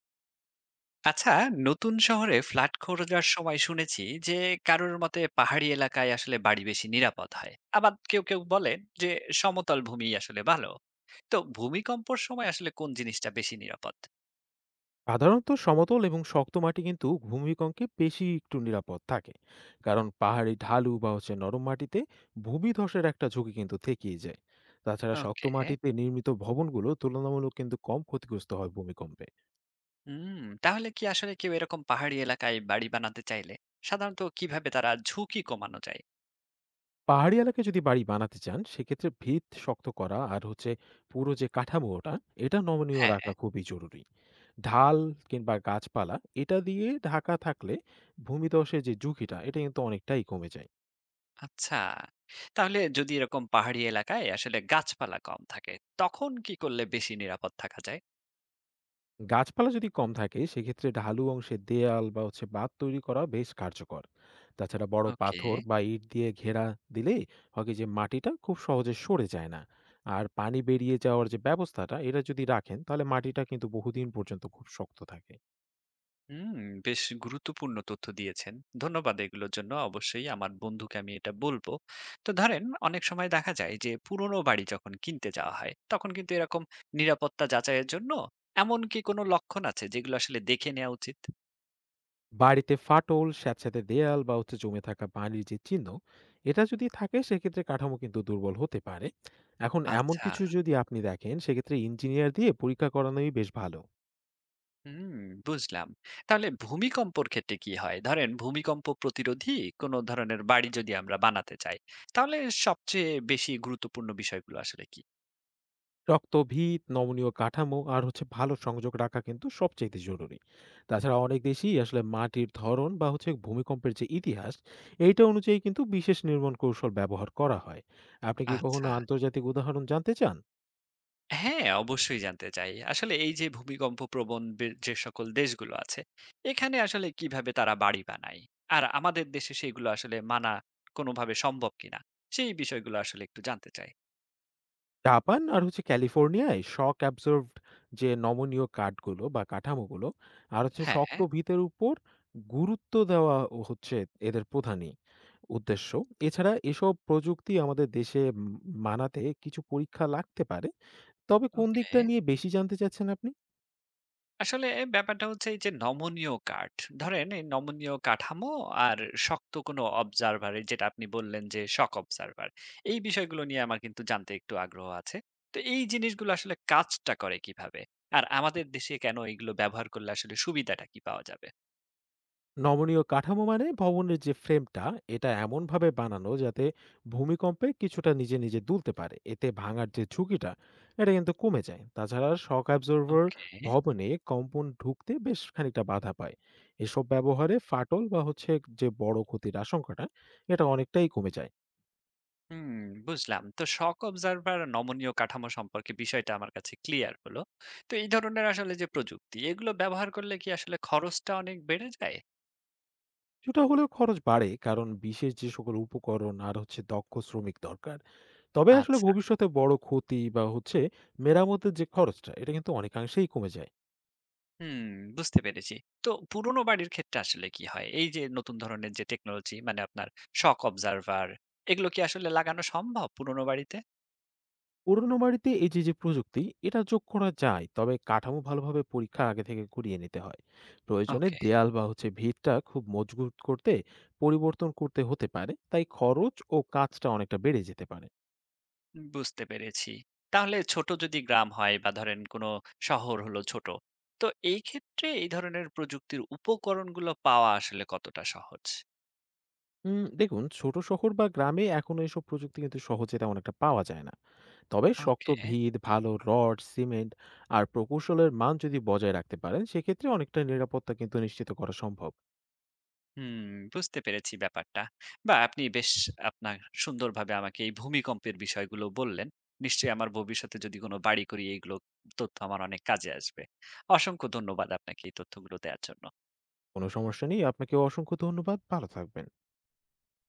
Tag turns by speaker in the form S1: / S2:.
S1: আচ্ছা, নতুন শহরে ফ্ল্যাট খোঁজার সময় শুনেছি যে কারোর মতে পাহাড়ি এলাকায় আসলে বাড়ি বেশি নিরাপদ হয়, আবার কেউ কেউ বলেন যে সমতল ভূমি আসলে ভালো। তো ভূমিকম্পর সময় আসলে কোন জিনিসটা বেশি নিরাপদ?
S2: সাধারণত সমতল এবং শক্ত মাটি কিন্তু ভূমিকম্পে বেশি একটু নিরাপদ থাকে। কারণ পাহাড়ি ঢালু বা হচ্ছে নরম মাটিতে ভূমিধসের একটা ঝুঁকি কিন্তু থেকেই যায়। তাছাড়া শক্ত
S1: ওকে।
S2: মাটিতে নির্মিত ভবনগুলো তুলনামূলক কিন্তু কম ক্ষতিগ্রস্ত হয় ভূমিকম্পে।
S1: হুম। তাহলে কি আসলে কেউ এরকম পাহাড়ি এলাকায় বাড়ি বানাতে চাইলে সাধারণত কিভাবে তারা ঝুঁকি কমানো যায়?
S2: পাহাড়ি এলাকায় যদি বাড়ি বানাতে চান সেক্ষেত্রে ভিত শক্ত করা আর হচ্ছে পুরো যে কাঠামোটা, এটা নমনীয়
S1: হ্যাঁ।
S2: রাখা খুবই জরুরি। ঢাল কিংবা গাছপালা এটা দিয়ে ঢাকা থাকলে ভূমিধসের যে ঝুঁকিটা, এটা কিন্তু অনেকটাই কমে যায়।
S1: আচ্ছা, তাহলে যদি এরকম পাহাড়ি এলাকায় আসলে গাছপালা কম থাকে, তখন কি করলে বেশি নিরাপদ থাকা যায়?
S2: গাছপালা যদি কম থাকে সেক্ষেত্রে ঢালু অংশে দেয়াল বা হচ্ছে বাঁধ তৈরি করা বেশ কার্যকর। তাছাড়া বড়
S1: ওকে।
S2: পাথর বা ইট দিয়ে ঘেরা দিলে হয় কি, যে মাটিটা খুব সহজে সরে যায় না। আর পানি বেরিয়ে যাওয়ার যে ব্যবস্থাটা, এটা যদি রাখেন তাহলে মাটিটা কিন্তু বহুদিন পর্যন্ত খুব শক্ত থাকে।
S1: হুম, বেশ গুরুত্বপূর্ণ তথ্য দিয়েছেন। ধন্যবাদ এগুলোর জন্য, অবশ্যই আমার বন্ধুকে আমি এটা বলবো। তো ধরেন অনেক সময় দেখা যায় যে পুরনো বাড়ি যখন কিনতে যাওয়া হয়, তখন কিন্তু এরকম নিরাপত্তা যাচাইয়ের জন্য এমন কি কোনো লক্ষণ আছে যেগুলো আসলে দেখে নেওয়া উচিত?
S2: বাড়িতে ফাটল, স্যাঁতস্যাঁতে দেয়াল বা হচ্ছে জমে থাকা পানির যে চিহ্ন, এটা যদি থাকে সেক্ষেত্রে কাঠামো কিন্তু দুর্বল হতে পারে। এখন এমন
S1: আচ্ছা।
S2: কিছু যদি আপনি দেখেন সেক্ষেত্রে ইঞ্জিনিয়ার দিয়ে পরীক্ষা করানোই বেশ ভালো।
S1: হুম, বুঝলাম। তাহলে ভূমিকম্পর ক্ষেত্রে কি হয়, ধরেন ভূমিকম্প প্রতিরোধী কোনো ধরনের বাড়ি যদি আমরা বানাতে চাই, তাহলে সবচেয়ে বেশি গুরুত্বপূর্ণ বিষয়গুলো আসলে কি?
S2: রক্তভিত, নমনীয় কাঠামো আর হচ্ছে ভালো সংযোগ রাখা কিন্তু সবচাইতে জরুরি। তাছাড়া অনেক দেশেই আসলে মাটির ধরন বা হচ্ছে ভূমিকম্পের যে ইতিহাস, এইটা অনুযায়ী কিন্তু বিশেষ নির্মাণ কৌশল ব্যবহার করা হয়। আপনি কি কখনো
S1: আচ্ছা।
S2: আন্তর্জাতিক উদাহরণ জানতে চান?
S1: হ্যাঁ, অবশ্যই জানতে চাই। আসলে এই যে ভূমিকম্প প্রবণ বে যে সকল দেশগুলো আছে, এখানে আসলে কিভাবে তারা বাড়ি বানায়? আর আমাদের দেশে সেইগুলো আসলে মানা কোনোভাবে সম্ভব কিনা? সেই বিষয়গুলো আসলে একটু জানতে চাই।
S2: জাপান আর হচ্ছে ক্যালিফোর্নিয়ায় শক অ্যাবজর্ভড যে নমনীয় কাঠগুলো বা কাঠামোগুলো আর হচ্ছে
S1: হ্যাঁ।
S2: শক্ত ভিতের উপর গুরুত্ব দেওয়া ও হচ্ছে এদের প্রধানই উদ্দেশ্য। এছাড়া এসব প্রযুক্তি আমাদের দেশে মানাতে কিছু পরীক্ষা লাগতে পারে। তবে কোন
S1: ওকে।
S2: দিকটা নিয়ে বেশি জানতে চাচ্ছেন আপনি?
S1: আসলে ব্যাপারটা হচ্ছে এই যে নমনীয় কাঠ, ধরেন এই নমনীয় কাঠামো আর শক্ত কোনো অবজারভার, যেটা আপনি বললেন যে শক অবজারভার, এই বিষয়গুলো নিয়ে আমার কিন্তু জানতে একটু আগ্রহ আছে। তো এই জিনিসগুলো আসলে কাজটা করে কিভাবে, আর আমাদের দেশে কেন এগুলো ব্যবহার করলে আসলে সুবিধাটা কি পাওয়া যাবে?
S2: নমনীয় কাঠামো মানে ভবনের যে ফ্রেমটা, এটা এমনভাবে বানানো যাতে ভূমিকম্পে কিছুটা নিজে নিজে দুলতে পারে। এতে ভাঙার যে ঝুঁকিটা, এটা কিন্তু কমে যায়। তাছাড়া শক অ্যাবজর্ভার
S1: ওকে।
S2: ভবনে কম্পন ঢুকতে বেশ খানিকটা বাধা পায়। এসব ব্যবহারে ফাটল বা হচ্ছে যে বড় ক্ষতির আশঙ্কাটা, এটা অনেকটাই কমে যায়।
S1: হুম, বুঝলাম। তো শক অবজারভার, নমনীয় কাঠামো সম্পর্কে বিষয়টা আমার কাছে ক্লিয়ার হলো। তো এই ধরনের আসলে যে প্রযুক্তি, এগুলো ব্যবহার করলে কি আসলে খরচটা অনেক বেড়ে যায়?
S2: সেটা হলেও খরচ বাড়ে, কারণ বিশেষ যে সকল উপকরণ আর হচ্ছে দক্ষ শ্রমিক দরকার। তবে আসলে
S1: আচ্ছা।
S2: ভবিষ্যতে বড় ক্ষতি বা হচ্ছে মেরামতের যে খরচটা, এটা কিন্তু অনেকাংশেই কমে যায়।
S1: হুম, বুঝতে পেরেছি। তো পুরোনো বাড়ির ক্ষেত্রে আসলে কি হয়? এই যে নতুন ধরনের যে টেকনোলজি, মানে আপনার শক অবজার্ভার, এগুলো কি আসলে লাগানো সম্ভব পুরোনো বাড়িতে?
S2: পুরোনো বাড়িতে এই যে, যে প্রযুক্তি, এটা যোগ করা যায়। তবে কাঠামো ভালোভাবে পরীক্ষার আগে থেকে করিয়ে নিতে হয়। প্রয়োজনে
S1: ওকে,
S2: দেয়াল বা হচ্ছে ভিতটা খুব মজবুত করতে পরিবর্তন করতে হতে পারে। তাই খরচ ও কাজটা অনেকটা বেড়ে যেতে পারে।
S1: বুঝতে পেরেছি। তাহলে ছোট যদি গ্রাম হয় বা ধরেন কোন শহর হলো ছোট, তো এই ক্ষেত্রে এই ধরনের প্রযুক্তির উপকরণগুলো পাওয়া আসলে কতটা সহজ?
S2: দেখুন, ছোট শহর বা গ্রামে এখনো এসব প্রযুক্তি কিন্তু সহজে তেমন একটা পাওয়া যায় না। তবে শক্ত
S1: ওকে।
S2: ভিত, ভালো রড, সিমেন্ট আর প্রকৌশলের মান যদি বজায় রাখতে পারেন, সেক্ষেত্রে অনেকটা নিরাপত্তা কিন্তু নিশ্চিত করা সম্ভব।
S1: হুম, বুঝতে পেরেছি ব্যাপারটা। বা আপনি বেশ আপনার সুন্দরভাবে আমাকে এই ভূমিকম্পের বিষয়গুলো বললেন। নিশ্চয়ই আমার ভবিষ্যতে যদি কোনো বাড়ি করি এইগুলো তথ্য আমার অনেক কাজে আসবে। অসংখ্য ধন্যবাদ আপনাকে এই তথ্যগুলো দেয়ার জন্য।
S2: কোনো সমস্যা নেই। আপনাকেও অসংখ্য ধন্যবাদ। ভালো থাকবেন।